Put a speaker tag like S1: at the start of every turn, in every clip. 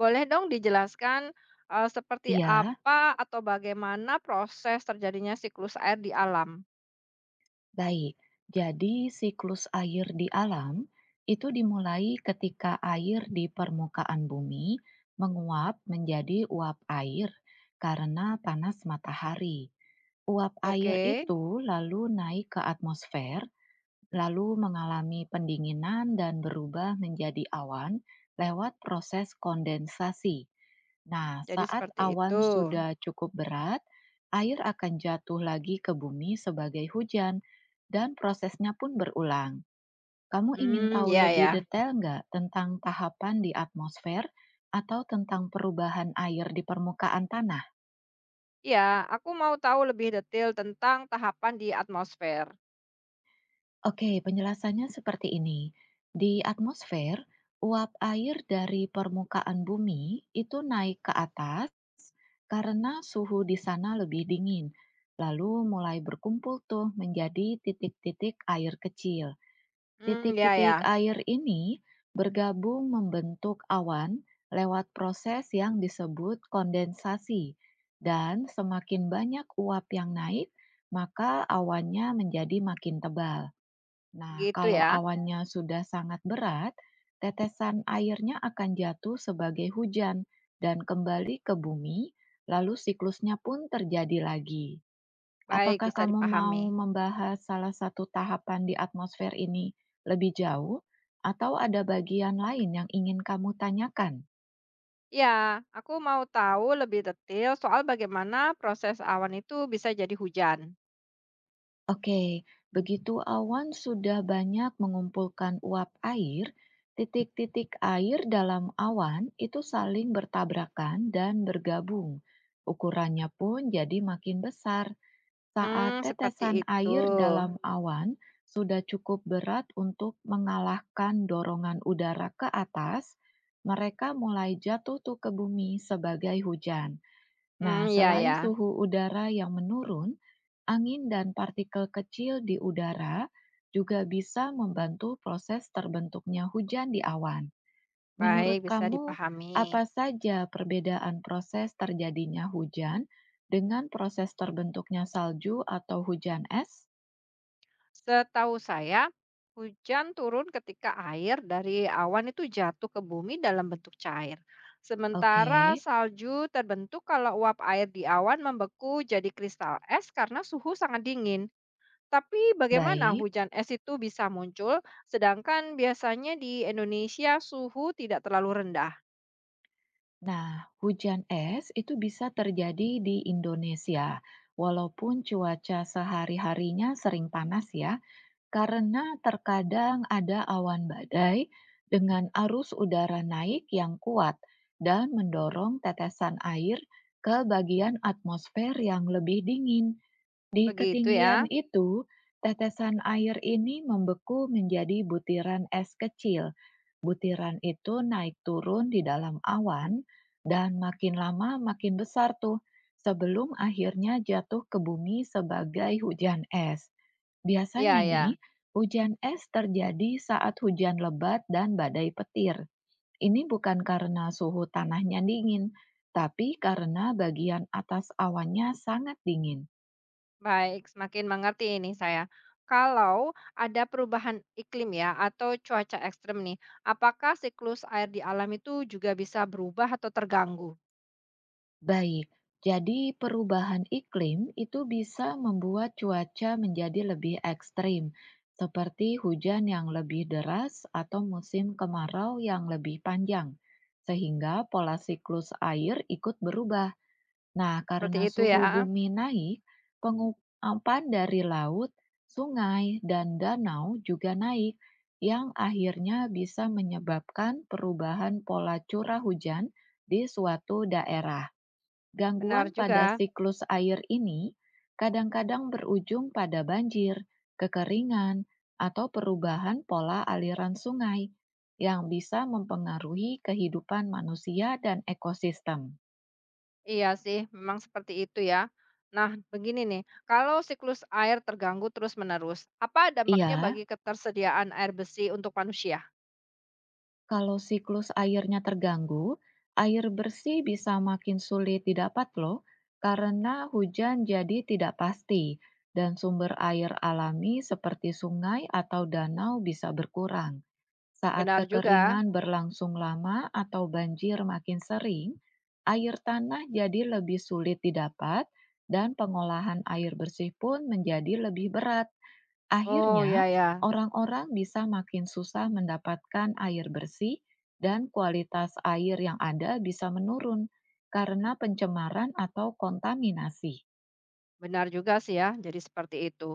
S1: Boleh dong dijelaskan, seperti
S2: Iya,
S1: apa atau bagaimana proses terjadinya siklus air di alam?
S2: baik. Jadi siklus air di alam itu dimulai ketika air di permukaan bumi menguap menjadi uap air karena panas matahari. Uap air
S1: Oke,
S2: itu lalu naik ke atmosfer lalu mengalami pendinginan dan berubah menjadi awan lewat proses kondensasi. Nah,
S1: jadi
S2: saat
S1: seperti itu.
S2: awan sudah cukup berat, air akan jatuh lagi ke bumi sebagai hujan, dan prosesnya pun berulang. Kamu ingin
S1: Hmm,
S2: tahu
S1: ya
S2: lebih
S1: ya.
S2: detail nggak tentang tahapan di atmosfer atau tentang perubahan air di permukaan tanah?
S1: Iya, aku mau tahu lebih detail tentang tahapan di atmosfer.
S2: Oke, penjelasannya seperti ini. Di atmosfer, uap air dari permukaan bumi itu naik ke atas karena suhu di sana lebih dingin. Lalu mulai berkumpul tuh menjadi titik-titik air kecil.
S1: Hmm, ya
S2: Titik-titik
S1: ya,
S2: air ini bergabung membentuk awan lewat proses yang disebut kondensasi. Dan semakin banyak uap yang naik, maka awannya menjadi makin tebal. Nah,
S1: gitu
S2: kalau
S1: ya.
S2: awannya sudah sangat berat, tetesan airnya akan jatuh sebagai hujan dan kembali ke bumi, lalu siklusnya pun terjadi lagi.
S1: Baik,
S2: Apakah
S1: bisa
S2: kamu mau
S1: dipahami.
S2: membahas salah satu tahapan di atmosfer ini lebih jauh, atau ada bagian lain yang ingin kamu tanyakan?
S1: Iya, aku mau tahu lebih detail soal bagaimana proses awan itu bisa jadi hujan.
S2: Oke, begitu awan sudah banyak mengumpulkan uap air, titik-titik air dalam awan itu saling bertabrakan dan bergabung. Ukurannya pun jadi makin besar saat
S1: Hmm, seperti
S2: tetesan
S1: itu.
S2: air dalam awan sudah cukup berat untuk mengalahkan dorongan udara ke atas. Mereka mulai jatuh tuh ke bumi sebagai hujan. Nah,
S1: Hmm, ya
S2: selain
S1: ya.
S2: suhu udara yang menurun, angin dan partikel kecil di udara juga bisa membantu proses terbentuknya hujan di awan.
S1: Baik,
S2: Menurut
S1: bisa
S2: kamu,
S1: dipahami.
S2: apa saja perbedaan proses terjadinya hujan dengan proses terbentuknya salju atau hujan es?
S1: Setahu saya, hujan turun ketika air dari awan itu jatuh ke bumi dalam bentuk cair.
S2: Oke,
S1: Sementara salju terbentuk kalau uap air di awan membeku jadi kristal es karena suhu sangat dingin. Tapi bagaimana
S2: baik.
S1: hujan es itu bisa muncul sedangkan biasanya di Indonesia suhu tidak terlalu rendah?
S2: Nah, hujan es itu bisa terjadi di Indonesia, walaupun cuaca sehari-harinya sering panas ya. Karena terkadang ada awan badai dengan arus udara naik yang kuat dan mendorong tetesan air ke bagian atmosfer yang lebih dingin. Di
S1: Begitu
S2: ketinggian
S1: ya.
S2: itu, tetesan air ini membeku menjadi butiran es kecil. Butiran itu naik turun di dalam awan dan makin lama makin besar tuh sebelum akhirnya jatuh ke bumi sebagai hujan es. Biasanya
S1: Ya,
S2: nih,
S1: ya.
S2: hujan es terjadi saat hujan lebat dan badai petir. Ini bukan karena suhu tanahnya dingin, tapi karena bagian atas awannya sangat dingin.
S1: Baik, semakin mengerti ini saya. Kalau ada perubahan iklim ya atau cuaca ekstrem nih, apakah siklus air di alam itu juga bisa berubah atau terganggu?
S2: Baik, jadi perubahan iklim itu bisa membuat cuaca menjadi lebih ekstrim, seperti hujan yang lebih deras atau musim kemarau yang lebih panjang, sehingga pola siklus air ikut berubah. Nah,
S1: Seperti
S2: karena
S1: itu ya.
S2: suhu bumi naik, penguapan dari laut, sungai, dan danau juga naik, yang akhirnya bisa menyebabkan perubahan pola curah hujan di suatu daerah. Gangguan
S1: Benar
S2: pada
S1: juga.
S2: siklus air ini kadang-kadang berujung pada banjir, kekeringan, atau perubahan pola aliran sungai yang bisa mempengaruhi kehidupan manusia dan ekosistem.
S1: Iya sih, memang seperti itu ya. Nah, begini nih, kalau siklus air terganggu terus-menerus, apa dampaknya
S2: Iya,
S1: bagi ketersediaan air bersih untuk manusia?
S2: kalau siklus airnya terganggu, air bersih bisa makin sulit didapat loh, karena hujan jadi tidak pasti dan sumber air alami seperti sungai atau danau bisa berkurang. Saat
S1: Benar juga.
S2: kekeringan berlangsung lama atau banjir makin sering, air tanah jadi lebih sulit didapat dan pengolahan air bersih pun menjadi lebih berat.
S1: Oh,
S2: Akhirnya,
S1: ya ya.
S2: orang-orang bisa makin susah mendapatkan air bersih dan kualitas air yang ada bisa menurun karena pencemaran atau kontaminasi.
S1: Benar juga sih ya, jadi seperti itu.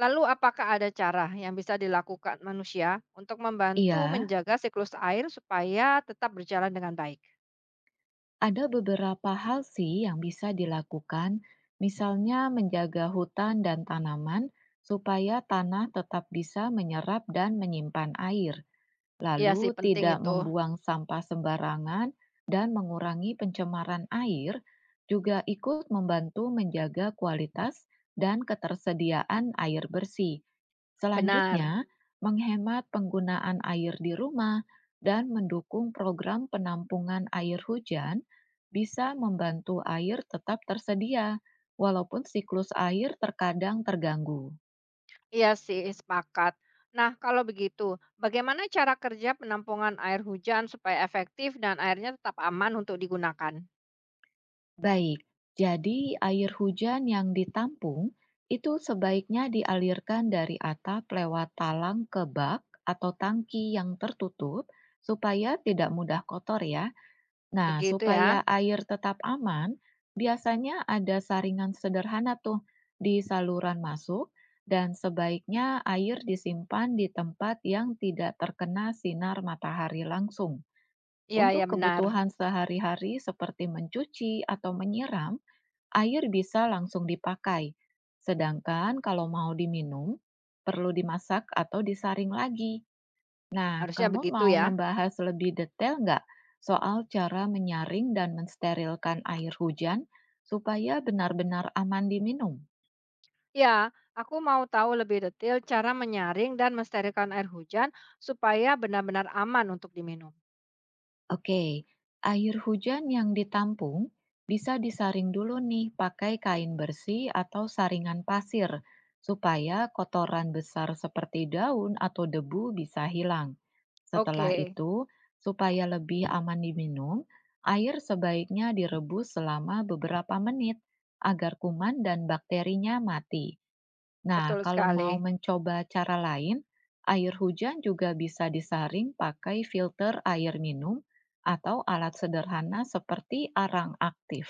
S1: Lalu apakah ada cara yang bisa dilakukan manusia untuk membantu
S2: Iya,
S1: menjaga siklus air supaya tetap berjalan dengan baik?
S2: ada beberapa hal sih yang bisa dilakukan, misalnya menjaga hutan dan tanaman supaya tanah tetap bisa menyerap dan menyimpan air.
S1: Iya
S2: Lalu
S1: sih, penting
S2: tidak
S1: itu.
S2: membuang sampah sembarangan dan mengurangi pencemaran air juga ikut membantu menjaga kualitas dan ketersediaan air bersih.
S1: Benar.
S2: Selanjutnya, menghemat penggunaan air di rumah dan mendukung program penampungan air hujan bisa membantu air tetap tersedia, walaupun siklus air terkadang terganggu.
S1: Iya sih, sepakat. Nah, kalau begitu, bagaimana cara kerja penampungan air hujan supaya efektif dan airnya tetap aman untuk digunakan?
S2: Baik, jadi air hujan yang ditampung itu sebaiknya dialirkan dari atap lewat talang ke bak atau tangki yang tertutup supaya tidak mudah kotor ya. Nah,
S1: Begitu
S2: supaya
S1: ya?
S2: air tetap aman, biasanya ada saringan sederhana tuh di saluran masuk dan sebaiknya air disimpan di tempat yang tidak terkena sinar matahari langsung.
S1: Iya,
S2: Untuk
S1: ya benar.
S2: kebutuhan sehari-hari seperti mencuci atau menyiram, air bisa langsung dipakai. Sedangkan kalau mau diminum, perlu dimasak atau disaring lagi. Nah,
S1: Harusnya
S2: kamu
S1: begitu
S2: mau
S1: ya.
S2: membahas lebih detail nggak soal cara menyaring dan mensterilkan air hujan supaya benar-benar aman diminum?
S1: Ya, aku mau tahu lebih detail cara menyaring dan mensterilkan air hujan supaya benar-benar aman untuk diminum.
S2: Oke, air hujan yang ditampung bisa disaring dulu nih pakai kain bersih atau saringan pasir supaya kotoran besar seperti daun atau debu bisa hilang. Setelah
S1: Oke,
S2: itu, supaya lebih aman diminum, air sebaiknya direbus selama beberapa menit agar kuman dan bakterinya mati. Nah,
S1: betul
S2: kalau mau
S1: sekali.
S2: mencoba cara lain, air hujan juga bisa disaring pakai filter air minum atau alat sederhana seperti arang aktif.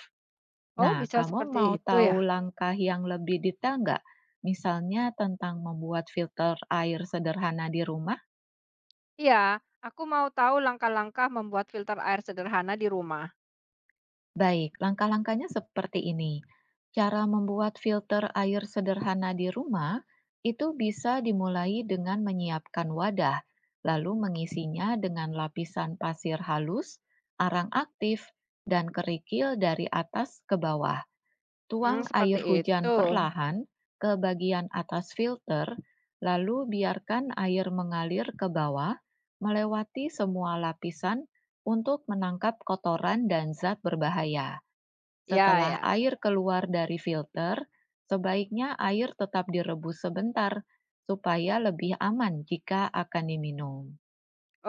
S1: Oh,
S2: Nah,
S1: bisa
S2: kamu mau
S1: seperti itu
S2: tahu
S1: ya?
S2: langkah yang lebih detail nggak? Misalnya tentang membuat filter air sederhana di rumah?
S1: Iya, aku mau tahu langkah-langkah membuat filter air sederhana di rumah.
S2: Baik, langkah-langkahnya seperti ini. Cara membuat filter air sederhana di rumah itu bisa dimulai dengan menyiapkan wadah, lalu mengisinya dengan lapisan pasir halus, arang aktif, dan kerikil dari atas ke bawah.
S1: Hmm,
S2: Tuang
S1: seperti
S2: air hujan
S1: itu.
S2: perlahan ke bagian atas filter, lalu biarkan air mengalir ke bawah melewati semua lapisan untuk menangkap kotoran dan zat berbahaya.
S1: Ya,
S2: Setelah
S1: ya.
S2: air keluar dari filter, sebaiknya air tetap direbus sebentar supaya lebih aman jika akan diminum.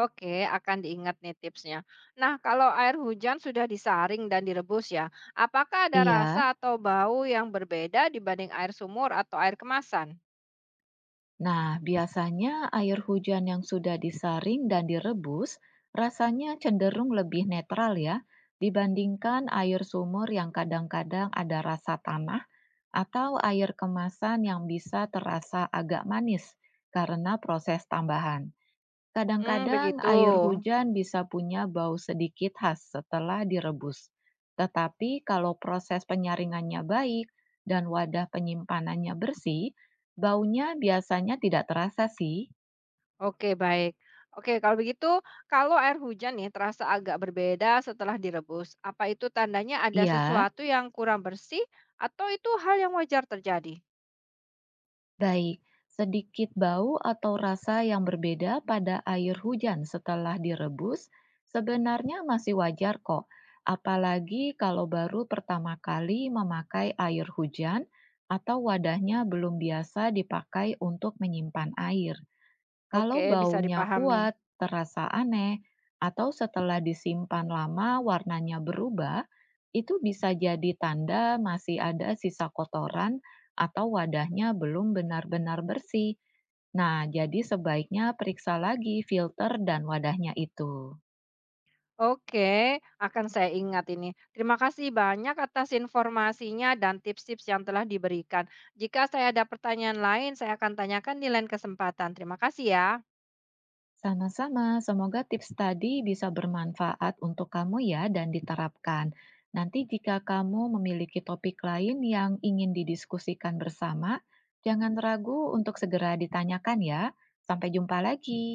S1: Oke, akan diingat nih tipsnya. Nah, kalau air hujan sudah disaring dan direbus ya, apakah ada rasa
S2: Iya,
S1: atau bau yang berbeda dibanding air sumur atau air kemasan?
S2: nah biasanya air hujan yang sudah disaring dan direbus rasanya cenderung lebih netral ya dibandingkan air sumur yang kadang-kadang ada rasa tanah atau air kemasan yang bisa terasa agak manis karena proses tambahan.
S1: Hmm,
S2: Kadang-kadang
S1: begitu.
S2: air hujan bisa punya bau sedikit khas setelah direbus. Tetapi kalau proses penyaringannya baik dan wadah penyimpanannya bersih, baunya biasanya tidak terasa sih.
S1: Oke, baik. Oke, kalau begitu, kalau air hujan nih terasa agak berbeda setelah direbus, apa itu tandanya ada
S2: Iya.
S1: sesuatu yang kurang bersih atau itu hal yang wajar terjadi?
S2: Baik, sedikit bau atau rasa yang berbeda pada air hujan setelah direbus sebenarnya masih wajar kok, apalagi kalau baru pertama kali memakai air hujan atau wadahnya belum biasa dipakai untuk menyimpan air. Kalau
S1: Oke, bisa
S2: baunya
S1: dipahami.
S2: kuat, terasa aneh, atau setelah disimpan lama warnanya berubah, itu bisa jadi tanda masih ada sisa kotoran atau wadahnya belum benar-benar bersih. Nah, jadi sebaiknya periksa lagi filter dan wadahnya itu.
S1: Oke, akan saya ingat ini. Terima kasih banyak atas informasinya dan tips-tips yang telah diberikan. Jika saya ada pertanyaan lain, saya akan tanyakan di lain kesempatan. Terima kasih ya.
S2: Sama-sama, semoga tips tadi bisa bermanfaat untuk kamu ya dan diterapkan. Nanti jika kamu memiliki topik lain yang ingin didiskusikan bersama, jangan ragu untuk segera ditanyakan ya. Sampai jumpa lagi.